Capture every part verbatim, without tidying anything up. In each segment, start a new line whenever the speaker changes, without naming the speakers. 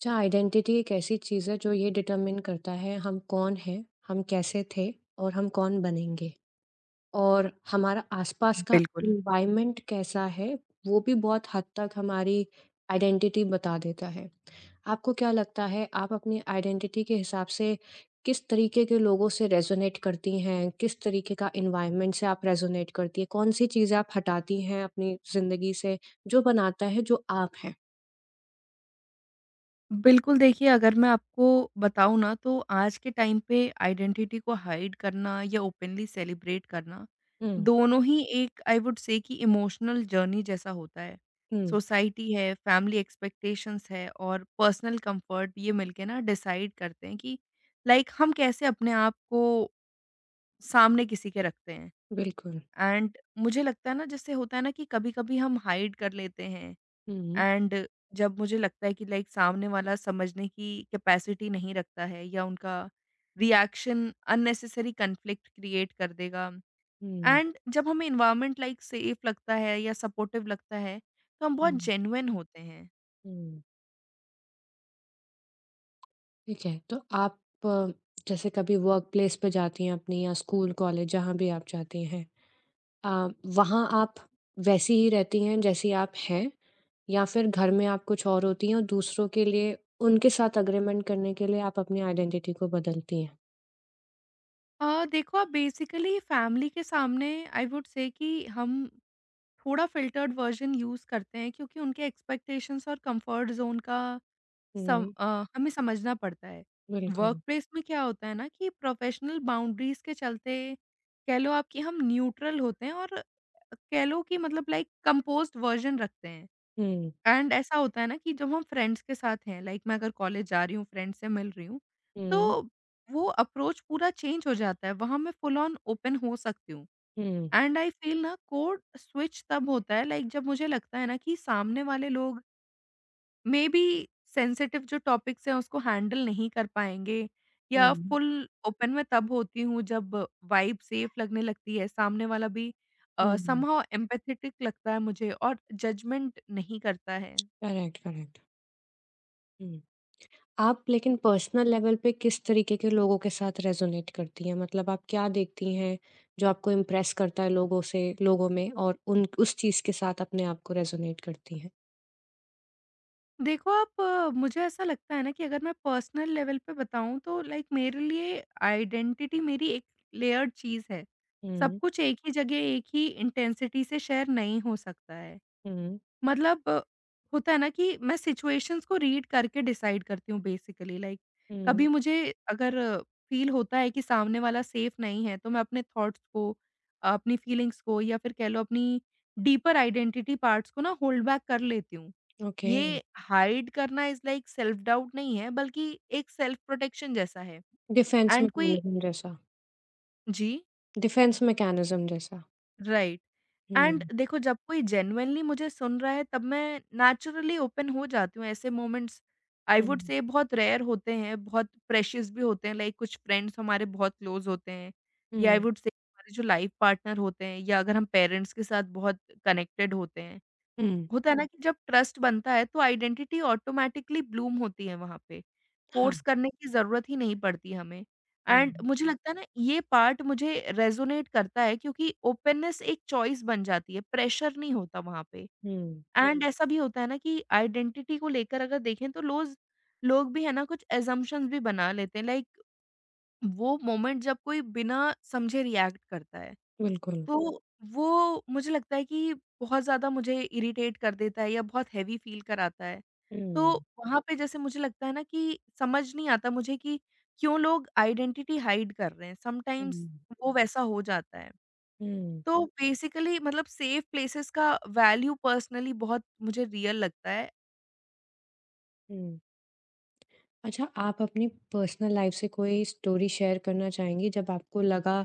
अच्छा आइडेंटिटी एक ऐसी चीज़ है जो ये डिटरमिन करता है हम कौन हैं, हम कैसे थे और हम कौन बनेंगे। और हमारा आसपास का
बिल्कुल।
एनवायरनमेंट कैसा है, वो भी बहुत हद तक हमारी आइडेंटिटी बता देता है। आपको क्या लगता है आप अपनी आइडेंटिटी के हिसाब से किस तरीके के लोगों से रेज़ोनेट करती हैं? किस तरीके का एनवायरनमेंट से आप रेज़ोनेट करती हैं? कौन-सी चीज़ें आप हटाती हैं अपनी ज़िंदगी से जो बनाता है जो आप हैं?
बिल्कुल, देखिए अगर मैं आपको बताऊँ ना तो आज के टाइम पे आइडेंटिटी को हाइड करना या ओपनली सेलिब्रेट करना,
हुँ,
दोनों ही एक आई वुड से कि इमोशनल जर्नी जैसा होता है।
हुँ,
सोसाइटी है, फैमिली एक्सपेक्टेशंस है और पर्सनल कंफर्ट ये मिलके ना डिसाइड करते हैं कि लाइक हम कैसे अपने आप को सामने किसी के रखते हैं।
बिल्कुल।
एंड मुझे लगता है ना जैसे होता है ना कि कभी-कभी हम हाइड कर लेते हैं
हुँ।
एंड जब मुझे लगता है कि लाइक सामने वाला समझने की कैपेसिटी नहीं रखता है या उनका रिएक्शन अननेसेसरी कन्फ्लिक्ट क्रिएट कर देगा
हुँ,
एंड जब हमें इन्वायरमेंट लाइक सेफ लगता है या सपोर्टिव लगता है तो हम बहुत
हुँ,
जेन्युइन होते हैं।
हुँ। ठीक है, तो आप अ, जैसे कभी वर्क प्लेस पे जाती हैं अपनी या स्कूल, कॉलेज जहाँ भी आप जाती हैं अ, वहाँ आप वैसी ही रहती हैं जैसी आप हैं या फिर घर में आप कुछ और होती हैं और दूसरों के लिए उनके साथ एग्रीमेंट करने के लिए आप अपनी आइडेंटिटी को बदलती हैं?
आ, देखो आप बेसिकली फैमिली के सामने आई वुड से कि हम थोड़ा फिल्टर्ड वर्जन यूज़ करते हैं क्योंकि उनके एक्सपेक्टेशंस और कंफर्ट जोन का सम
हुँ,
अ, हमें समझना पड़ता है।
बिल्कुल।
वर्कप्लेस में क्या होता है ना कि प्रोफ़ेशनल बाउंड्रीज़ के चलते, कह लो आप कि हम न्यूट्रल होते हैं और कह लो कि मतलब लाइक कंपोज़्ड वर्ज़न रखते हैं।
हुँ,
एंड ऐसा होता है ना कि जब हम फ्रेंड्स के साथ हैं, लाइक मैं अगर कॉलेज जा रही हूँ, फ्रेंड्स से मिल रही हूँ,
हुँ,
तो वो अप्रोच पूरा चेंज हो जाता है। वहाँ मैं फुल ऑन ओपन हो सकती हूँ।
हुँ,
एंड आई फ़ील ना कोड स्विच तब होता है लाइक जब मुझे लगता है ना कि सामने वाले लोग मेबी सेंसिटिव जो टॉपिक्स हैं उसको हैंडल नहीं कर पाएँगे
हुँ,
या फुल ओपन मैं तब होती हूँ जब वाइब सेफ लगने लगती है, सामने वाला भी अ,
हुँ,
समहाउ एम्पैथेटिक लगता है मुझे और जजमेंट नहीं करता है।
Correct, correct. हुँ। आप लेकिन पर्सनल लेवल पे किस तरीके के लोगों के साथ रेजोनेट करती हैं? मतलब आप क्या देखती हैं जो आपको इम्प्रेस करता है लोगों से लोगों में और उन उस चीज़ के साथ अपने आप को रेजोनेट करती हैं?
देखो आप अ, मुझे ऐसा लगता है ना कि अगर मैं पर्सनल लेवल पे बताऊँ तो लाइक मेरे लिए आइडेंटिटी मेरी एक लेयर्ड चीज़ है। सब
हुँ,
कुछ एक ही जगह, एक ही इंटेंसिटी से शेयर नहीं हो सकता है।
हुँ,
मतलब अ, होता है ना कि मैं सिचुएशंस को रीड करके डिसाइड करती हूँ बेसिकली लाइक
हुँ।
कभी मुझे अगर फील होता है कि सामने वाला सेफ नहीं है तो मैं अपने थॉट्स को अपनी फीलिंग्स को या फिर कह लो अपनी डीपर आइडेंटिटी पार्ट्स को ना होल्ड बैक कर लेती हूँ।
ओके,
ये हाइड करना इज लाइक सेल्फ डाउट नहीं है बल्कि एक सेल्फ प्रोटेक्शन जैसा है।
डिफेंस
एंड कोई
मैकेनिज़्म जैसा।
जी
डिफेंस मैकेनिज़्म जैसा।
राइट। एंड
हुँ,
देखो जब कोई जेन्युइनली मुझे सुन रहा है तब मैं नेचुरली ओपन हो जाती हूँ, ऐसे मोमेंट्स आई वुड
हुँ,
से बहुत रेयर होते हैं, बहुत प्रेशियस भी होते हैं। लाइक कुछ फ्रेंड्स हमारे बहुत क्लोज होते हैं या आई
हुँ,
वुड से हमारे जो लाइफ पार्टनर होते हैं या अगर हम पेरेंट्स के साथ बहुत कनेक्टेड होते हैं,
हुँ।
होता है ना कि जब ट्रस्ट बनता है तो आइडेंटिटी ऑटोमेटिकली ब्लूम होती है वहाँ पे।
हाँ,
फ़ोर्स करने की ज़रूरत ही नहीं पड़ती हमें। एंड
हुँ,
मुझे लगता है ना ये पार्ट मुझे रेज़ोनेट करता है क्योंकि ओपननेस एक चॉइस बन जाती है, प्रेशर नहीं होता वहाँ पे।
हुँ,
एंड जी। ऐसा भी होता है ना कि आइडेंटिटी को लेकर अगर देखें तो लोज़ लोग भी है ना कुछ असम्पशन्स भी बना लेते हैं, लाइक वो मोमेंट जब कोई बिना समझे रिएक्ट करता है।
बिल्कुल।
तो वो मुझे लगता है कि बहुत ज़्यादा मुझे इरिटेट कर देता है या बहुत हेवी फ़ील कराता है। तो
हुँ,
वहाँ पे जैसे मुझे लगता है ना कि समझ नहीं आता मुझे कि क्यों लोग आइडेंटिटी हाइड कर रहे हैं, समटाइम्स
हुँ,
वो वैसा हो जाता है।
हुँ,
तो बेसिकली मतलब सेफ प्लेसेस का वैल्यू पर्सनली बहुत मुझे रियल लगता है।
हुँ। अच्छा, आप अपनी पर्सनल लाइफ़ से कोई स्टोरी शेयर करना चाहेंगी जब आपको लगा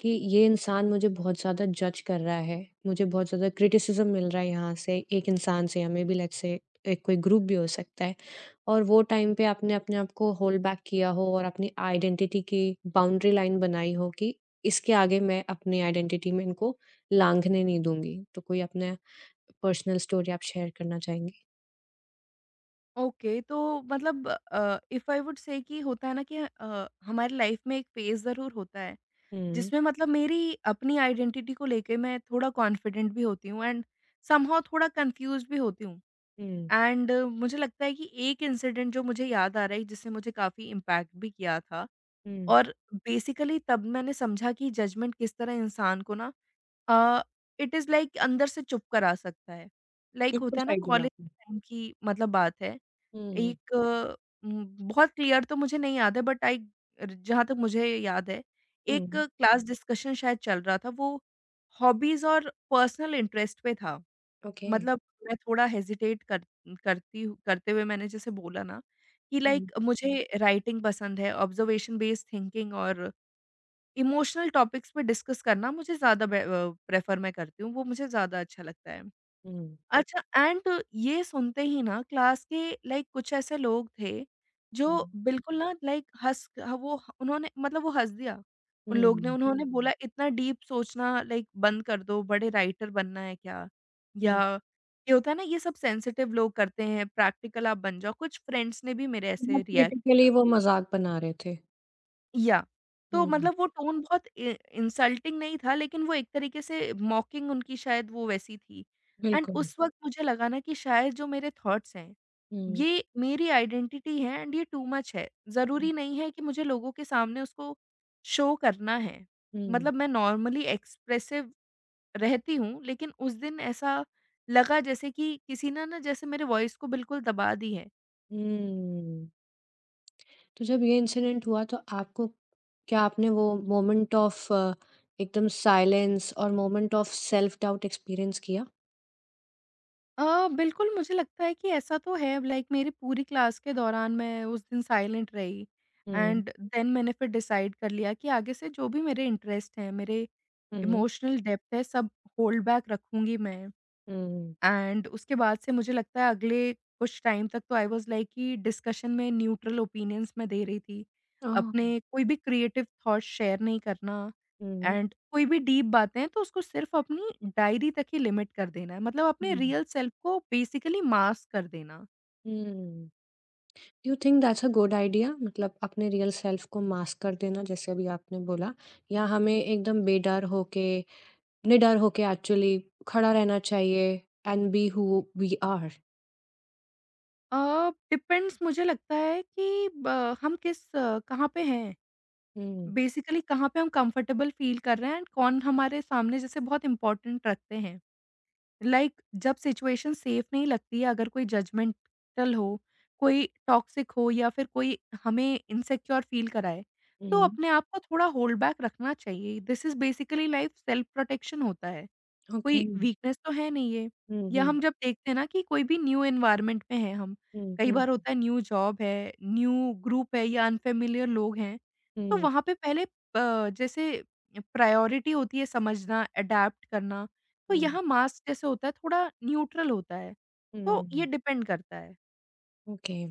कि ये इंसान मुझे बहुत ज़्यादा जज कर रहा है, मुझे बहुत ज़्यादा क्रिटिसिज़्म मिल रहा है यहाँ से, एक इंसान से या मेबी लेट्स से एक कोई ग्रुप भी हो सकता है और वो टाइम पे आपने अपने आप को होल्ड बैक किया हो और अपनी आइडेंटिटी की बाउंड्री लाइन बनाई हो कि इसके आगे मैं अपनी आइडेंटिटी में इनको लाँघने नहीं दूँगी। तो कोई अपना पर्सनल स्टोरी आप शेयर करना चाहेंगी?
ओके, तो मतलब अ, इफ आई वुड से कि होता है ना कि अ, हमारी लाइफ़ में एक फ़ेज़ ज़रूर होता है
हुँ,
जिसमें मतलब मेरी अपनी आइडेंटिटी को लेके मैं थोड़ा कॉन्फिडेंट भी होती हूँ एंड समहाउ थोड़ा कंफ्यूज भी होती हूँ।
हुँ,
एंड मुझे लगता है कि एक इंसिडेंट जो मुझे याद आ रहा है जिससे मुझे काफ़ी इम्पैक्ट भी किया था
हुँ।
और बेसिकली तब मैंने समझा कि जजमेंट किस तरह इंसान को ना इट इज़ लाइक अंदर से चुप करा सकता है। लाइक like
बिल्कुल
होता है ना
सही बोला
कॉलेज
आपने।
टाइम की मतलब बात है।
हुँ।
एक उम, बहुत क्लियर तो मुझे नहीं याद है बट आई जहाँ तक मुझे याद है, एक
हुँ,
क्लास डिस्कशन शायद चल रहा था वो हॉबीज़ और पर्सनल इंटरेस्ट पे था।
ओके।
मतलब मैं थोड़ा हेजिटेट कर करती हूँ करते हुए मैंने जैसे बोला ना कि
हुँ,
लाइक मुझे राइटिंग पसंद है, ऑब्जर्वेशन बेस्ड थिंकिंग और इमोशनल टॉपिक्स पे डिस्कस करना मुझे ज़्यादा बे अ, प्रेफ़र मैं करती हूँ, वो मुझे ज़्यादा अच्छा लगता है।
हुँ,
अच्छा। एंड ये सुनते ही ना क्लास के लाइक कुछ ऐसे लोग थे
हुँ,
जो बिल्कुल ना लाइक हँस ह वो ह उन्होंने मतलब वो हँस दिया। उन लोग ने
हुँ,
उन्होंने हुँ। बोला इतना डीप सोचना लाइक बंद कर दो, बड़े राइटर बनना है क्या?
हुँ।
या ये होता है ना ये सब सेंसिटिव लोग करते हैं, प्रैक्टिकल आप बन जाओ। कुछ फ्रेंड्स ने भी मेरे
बहुत
ऐसे रिएक्ट
क्रिटिकली
किया।
वो मज़ाक बना रहे थे।
या तो
हुँ,
मतलब वो टोन बहुत इ इंसल्टिंग नहीं था, लेकिन वो एक तरीके से मॉकिंग उनकी शायद वो वैसी थी। एंड
बिल्कुल।
उस वक़्त मुझे लगा ना कि शायद जो मेरे थॉट्स हैं,
हुँ,
ये मेरी आइडेंटिटी है एंड ये टू मच है। ज़रूरी नहीं है कि मुझे लोगों के सामने उसको शो करना है।
हुँ,
मतलब मैं नॉर्मली एक्सप्रेसिव रहती हूँ, लेकिन उस दिन ऐसा लगा जैसे कि किसी ने ना जैसे मेरे वॉइस को बिल्कुल दबा दी है।
हुँ। तो जब ये इंसिडेंट हुआ तो आपको क्या आपने वो मोमेंट ऑफ एकदम साइलेंस और moment of self doubt experience किया?
अ, बिल्कुल मुझे लगता है कि ऐसा तो है लाइक मेरी पूरी क्लास के दौरान मैं उस दिन साइलेंट रही।
हुँ,
एंड देन मैंने फिर डिसाइड कर लिया कि आगे से जो भी मेरे इंटरेस्ट हैं, मेरे
हुँ,
इमोशनल डेप्थ है, सब होल्ड बैक रखूंगी मैं।
हुँ।
एंड उसके बाद से मुझे लगता है अगले कुछ टाइम तक तो आई वाज़ लाइक कि डिस्कशन में न्यूट्रल ओपिनियंस मैं दे रही थी।
ओह!
अपने कोई भी क्रिएटिव थॉट्स शेयर नहीं करना
हुँ,
एंड कोई भी डीप बातें हैं तो उसको सिर्फ़ अपनी डायरी तक ही लिमिट कर देना है। मतलब अपने
हुँ,
रियल सेल्फ को बेसिकली मास्क कर देना।
हुँ। You think that's a good idea मतलब अपने रियल सेल्फ को मास्क कर देना जैसे अभी आपने बोला या हमें एकदम बेडर होके निडर होके एक्चुअली खड़ा रहना चाहिए and be who we are.
Uh, depends मुझे लगता है कि ब हम किस अ, कहाँ पे हैं?
हम्म,
बेसिकली कहाँ पे हम कंफर्टेबल फ़ील कर रहे हैं एंड कौन हमारे सामने जैसे बहुत इम्पोर्टेंट रखते हैं। लाइक like, जब सिचुएशन सेफ नहीं लगती है, अगर कोई जजमेंटल हो, कोई टॉक्सिक हो या फिर कोई हमें इनसिक्योर फील कराए, तो
हम्म।
अपने आप को थोड़ा होल्ड बैक रखना चाहिए। This is basically life self protection होता है।
ओके।
कोई वीकनेस तो है नहीं ये।
हम्म,
या
हम्म,
हम जब देखते हैं ना कि कोई भी न्यू एनवायरनमेंट में हैं हम,
हम्म,
कई बार
हम्म,
होता है न्यू जॉब है, न्यू ग्रुप है या अनफैमिलियर लोग हैं, तो
हम्म,
वहाँ पे पहले अ, जैसे प्रायोरिटी होती है समझना, अडैप्ट करना, तो
हम्म,
यहाँ मास्क जैसे होता है थोड़ा न्यूट्रल होता है, तो ये
हम्म।
डिपेंड करता है।
ओके।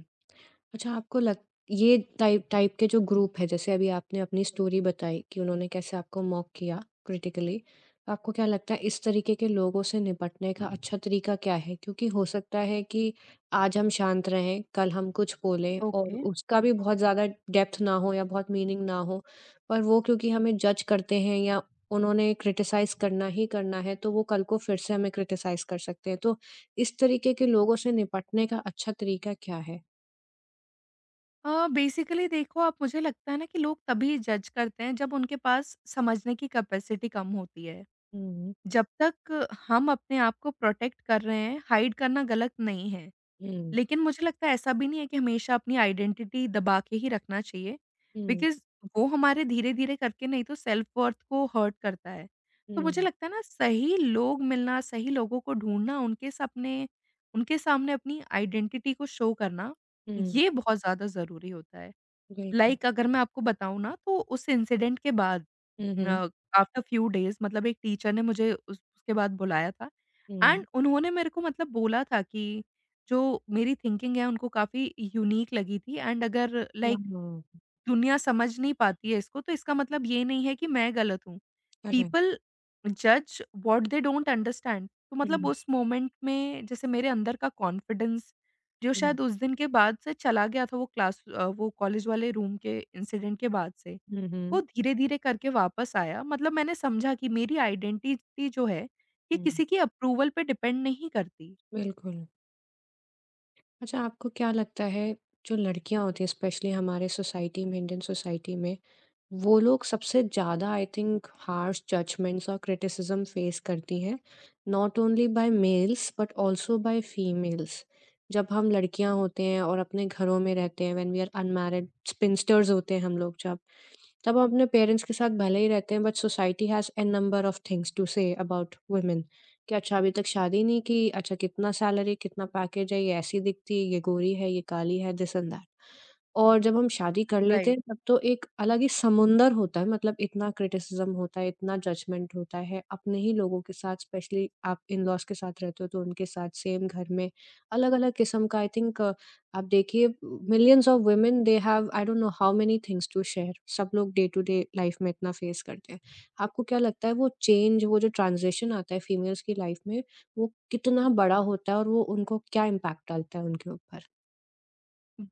अच्छा आपको लग ये टाइप टाइप के जो ग्रुप है जैसे अभी आपने अपनी स्टोरी बताई कि उन्होंने कैसे आपको मॉक किया क्रिटिकली, तो आपको क्या लगता है इस तरीके के लोगों से निपटने का अच्छा तरीका क्या है क्योंकि हो सकता है कि आज हम शांत रहें कल हम कुछ बोलें और
ओके।
उसका भी बहुत ज़्यादा डेप्थ ना हो या बहुत मीनिंग ना हो पर वो क्योंकि हमें जज करते हैं या उन्होंने क्रिटिसाइज करना ही करना है तो वो कल को फिर से हमें क्रिटिसाइज कर सकते हैं तो इस तरीके के लोगों से निपटने का अच्छा तरीका क्या
अ, बेसिकली देखो आप मुझे लगता है ना कि लोग तभी जज करते हैं जब उनके पास समझने की कैपेसिटी कम होती है।
है।
जब तक हम अपने आप को प्रोटेक्ट कर रहे हैं, हाइड करना गलत नहीं है।
हुँ।
लेकिन मुझे लगता है ऐसा भी नहीं है कि हमेशा अपनी आइडेंटिटी दबा के ही रखना चाहिए
हुँ,
बिकॉज़ वो हमारे धीरे-धीरे करके नहीं तो सेल्फ वर्थ को हर्ट करता है। तो मुझे
हुँ,
लगता है ना सही लोग मिलना, सही लोगों को ढूँढना, उनके सपने उनके सामने अपनी आइडेंटिटी को शो करना,
हुँ,
ये बहुत ज़्यादा ज़रूरी होता है।
बिल्कुल।
लाइक like, अगर मैं आपको बताऊँ ना तो उस इंसिडेंट के बाद
हुँ, हुँ,
अ, आफ्टर फ्यू डेज़ मतलब एक टीचर ने मुझे उस उसके बाद बुलाया था।
हुँ।
एंड उन्होंने मेरे को मतलब बोला था कि जो मेरी थिंकिंग है उनको काफ़ी यूनीक लगी थी एंड अगर लाइक
हाँ,
दुनिया समझ नहीं पाती है इसको तो इसका मतलब ये नहीं है कि मैं गलत हूँ।
करेक्ट।
पीपल जज व्हाट दे डोंट अंडरस्टैंड, तो मतलब
हुँ,
उस मोमेंट में जैसे मेरे अंदर का कॉन्फिडेंस जो
हुँ,
शायद उस दिन के बाद से चला गया था वो क्लास अ, वो कॉलेज वाले रूम के इंसिडेंट के बाद से,
हुँ,
वो
हुँ,
धीरे-धीरे करके वापस आया। मतलब मैंने समझा कि मेरी आइडेंटिटी जो है, ये
हुँ,
किसी की अप्रूवल पे डिपेंड नहीं करती।
बिल्कुल। अच्छा आपको क्या लगता है जो लड़कियाँ होती हैं स्पेशली हमारे सोसाइटी में इंडियन सोसाइटी में, वो लोग सबसे ज़्यादा आई थिंक हार्श जजमेंट्स और क्रिटिसिज़्म फेस करती हैं, not only by males but also by females. जब हम लड़कियाँ होते हैं और अपने घरों में रहते हैं when we are unmarried spinsters होते हैं हम लोग जब तब हम अपने पेरेंट्स के साथ भले ही रहते हैं but society has an number of things to say about women कि अच्छा अभी तक शादी नहीं की, अच्छा कितना सैलरी, कितना पैकेज है, ये ऐसी दिखती है, ये गोरी है, ये काली है, दिस एंड दैट। और जब हम शादी कर लेते
राइट।
हैं तब तो एक अलग ही समुंदर होता है मतलब इतना क्रिटिसिज्म होता है, इतना जजमेंट होता है, अपने ही लोगों के साथ स्पेशली आप इन-लॉज़ के साथ रहते हो तो उनके साथ सेम घर में अलग-अलग किस्म का आई थिंक आप देखिए millions of women they have I don't know how many things to share, सब लोग डे टू डे लाइफ़ में इतना फेस करते हैं। आपको क्या लगता है वो चेंज वो जो ट्रांज़िशन आता है फीमेल्स की लाइफ़ में वो कितना बड़ा होता है और वो उनको क्या इम्पैक्ट डालता है उनके ऊपर?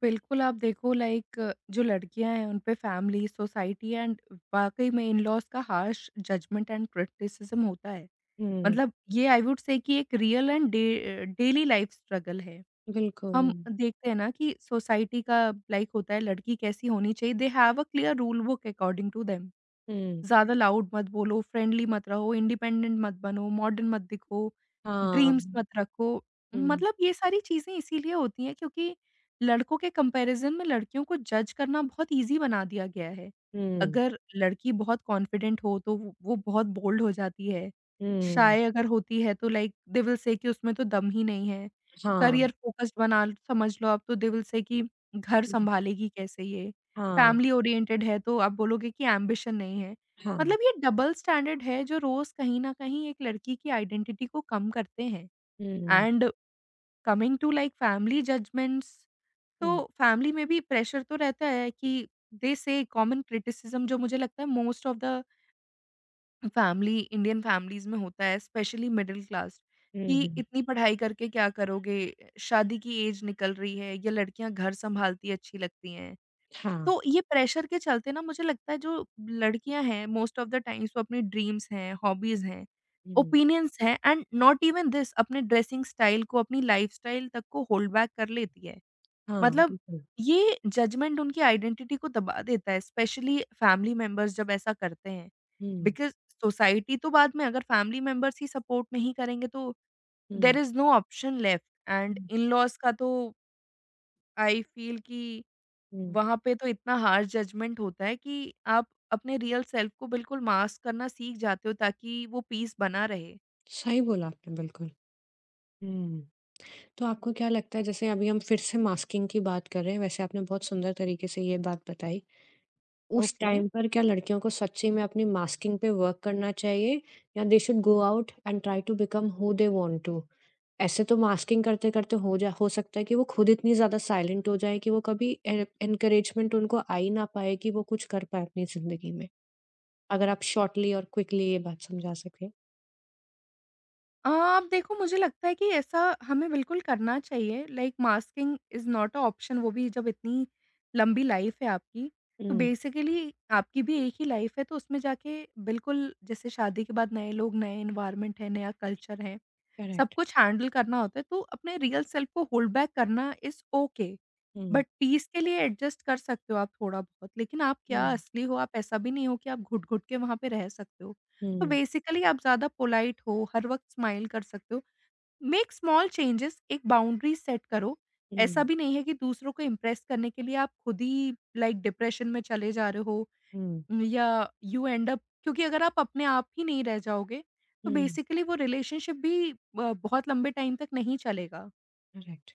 बिल्कुल, आप देखो लाइक जो लड़कियाँ हैं उन पे फैमिली, सोसाइटी एंड वाक़ई में इन-लॉज़ का हार्श जजमेंट एंड क्रिटिसिज़्म होता है।
हुँ,
मतलब ये आई वुड से कि एक real and day daily life struggle है।
बिल्कुल।
हम देखते हैं ना कि सोसाइटी का लाइक होता है लड़की कैसी होनी चाहिए, they have a clear rule book according to them.
हुँ।
ज़्यादा लाउड मत बोलो, फ्रेंडली मत रहो, इंडिपेंडेंट मत बनो, मॉडर्न मत दिखो,
हाँ।
ड्रीम्स मत रखो।
हुँ,
मतलब ये सारी चीज़ें इसीलिए होती हैं क्योंकि लड़कों के कंपैरिज़न में लड़कियों को जज करना बहुत ईज़ी बना दिया गया है।
हुँ,
अगर लड़की बहुत कॉन्फिडेंट हो तो वो वो बहुत बोल्ड हो जाती है।
हुँ।
शाय अगर होती है तो लाइक दे विल से कि उसमें तो दम ही नहीं है।
हाँ,
करियर फ़ोकस्ड बना समझ लो आप तो दे विल से कि घर
हुँ,
सँभालेगी कैसे ये?
हाँ,
फैमिली ओरिएंटेड है तो आप बोलोगे कि एम्बिशन नहीं है।
हाँ।
मतलब ये डबल स्टैंडर्ड है जो रोज़ कहीं न कहीं एक लड़की की आइडेंटिटी को कम करते हैं।
हुँ,
and coming to like family judgments,
हुँ,
तो फैमिली में भी प्रेशर तो रहता है कि दे से कॉमन क्रिटिसिज़्म जो मुझे लगता है most of the family Indian families में होता है स्पेशली मिडल क्लास,
हुँ,
कि
हुँ।
इतनी पढ़ाई करके क्या करोगे? शादी की एज निकल रही है या लड़कियाँ घर सँभालती अच्छी लगती हैं।
हाँ,
तो ये प्रेशर के चलते ना मुझे लगता है जो लड़कियां हैं मोस्ट ऑफ द टाइम्स वो अपनी ड्रीम्स हैं, हॉबीज हैं,
हुँ,
ओपिनियंस हैं एंड नॉट इवन दिस अपने ड्रेसिंग स्टाइल को, अपनी लाइफस्टाइल तक को होल्ड बैक कर लेती है।
हाँ,
मतलब
बिल्कुल।
ये जजमेंट उनकी आइडेंटिटी को दबा देता है, स्पेशली फैमिली मेंबर्स जब ऐसा करते हैं।
हुँ,
बिकॉज़ सोसाइटी तो बाद में अगर फैमिली मेंबर्स ही सपोर्ट नहीं करेंगे तो
हुँ,
there is no option left. And
हुँ,
इन-लॉज़ का तो आई फील कि
हुँ।
वहाँ पे तो इतना हार्श जजमेंट होता है कि आप अपने रियल सेल्फ को बिल्कुल मास्क करना सीख जाते हो ताकि वो पीस बना रहे।
सही बोला आपने बिल्कुल। हुँ, तो आपको क्या लगता है जैसे अभी हम फिर से मास्किंग की बात कर रहे हैं, वैसे आपने बहुत सुंदर तरीके से ये बात बताई। उस
ओके।
टाइम पर क्या लड़कियों को सच्ची में अपनी मास्किंग पे वर्क करना चाहिए या they should go out and try to become who they want to. ऐसे तो मास्किंग करते-करते हो जा हो सकता है कि वो खुद इतनी ज़्यादा साइलेंट हो जाएँ कि वो कभी ए एनकरेजमेंट उनको आ ही ना पाए कि वो कुछ कर पाएँ अपनी ज़िंदगी में। अगर आप शॉर्टली और क्विकली ये बात समझा सकें।
अ, अब देखो मुझे लगता है कि ऐसा हमें बिल्कुल करना चाहिए like masking is not a option, वो भी जब इतनी लंबी लाइफ़ है आपकी, तो
हुँ,
बेसिकली आपकी भी एक ही लाइफ़ है तो उसमें जाके बिल्कुल जैसे शादी के बाद नए लोग, नए एनवायरनमेंट है, नया कल्चर है, सब
करेक्ट।
कुछ हैंडल करना होता है तो अपने रियल सेल्फ को होल्ड बैक करना इज़ ओके।
हुँ,
बट पीस के लिए एडजस्ट कर सकते हो आप थोड़ा-बहुत, लेकिन आप क्या
हुँ,
असली हो, आप ऐसा भी नहीं हो कि आप घुट-घुट के वहाँ पे रह सकते हो। तो
हुँ,
बेसिकली आप ज़्यादा पोलाइट हो, हर वक़्त स्माइल कर सकते हो। मेक स्मॉल चेंजेस, एक बाउंड्री सेट करो। ऐसा
हुँ,
भी नहीं है कि दूसरों को इम्प्रेस करने के लिए आप खुद ही लाइक डिप्रेशन में चले जा रहे हो
हुँ,
या यू एंड अप, क्योंकि अगर आप अपने आप ही नहीं रह जाओगे, तो
हुँ,
बेसिकली वो रिलेशनशिप भी ब बहुत लंबे टाइम तक नहीं चलेगा।
करेक्ट।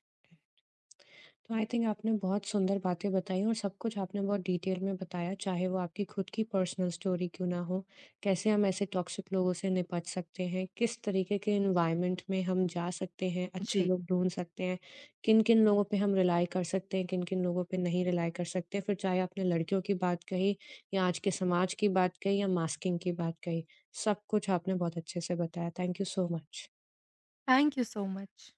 तो आई थिंक आपने बहुत सुंदर बातें बताई और सब कुछ आपने बहुत डिटेल में बताया, चाहे वो आपकी खुद की पर्सनल स्टोरी क्यों ना हो, कैसे हम ऐसे टॉक्सिक लोगों से निपट सकते हैं, किस तरीके के एनवायरनमेंट में हम जा सकते हैं, अच्छे
जी।
लोग ढूँढ सकते हैं, किन-किन लोगों पे हम रिलाय कर सकते हैं, किन-किन लोगों पे नहीं रिलाय कर सकते। फिर चाहे आपने लड़कियों की बात कही या आज के समाज की बात कही या मास्किंग की बात कही, सब कुछ आपने बहुत अच्छे से बताया। Thank you so much.
Thank you so much.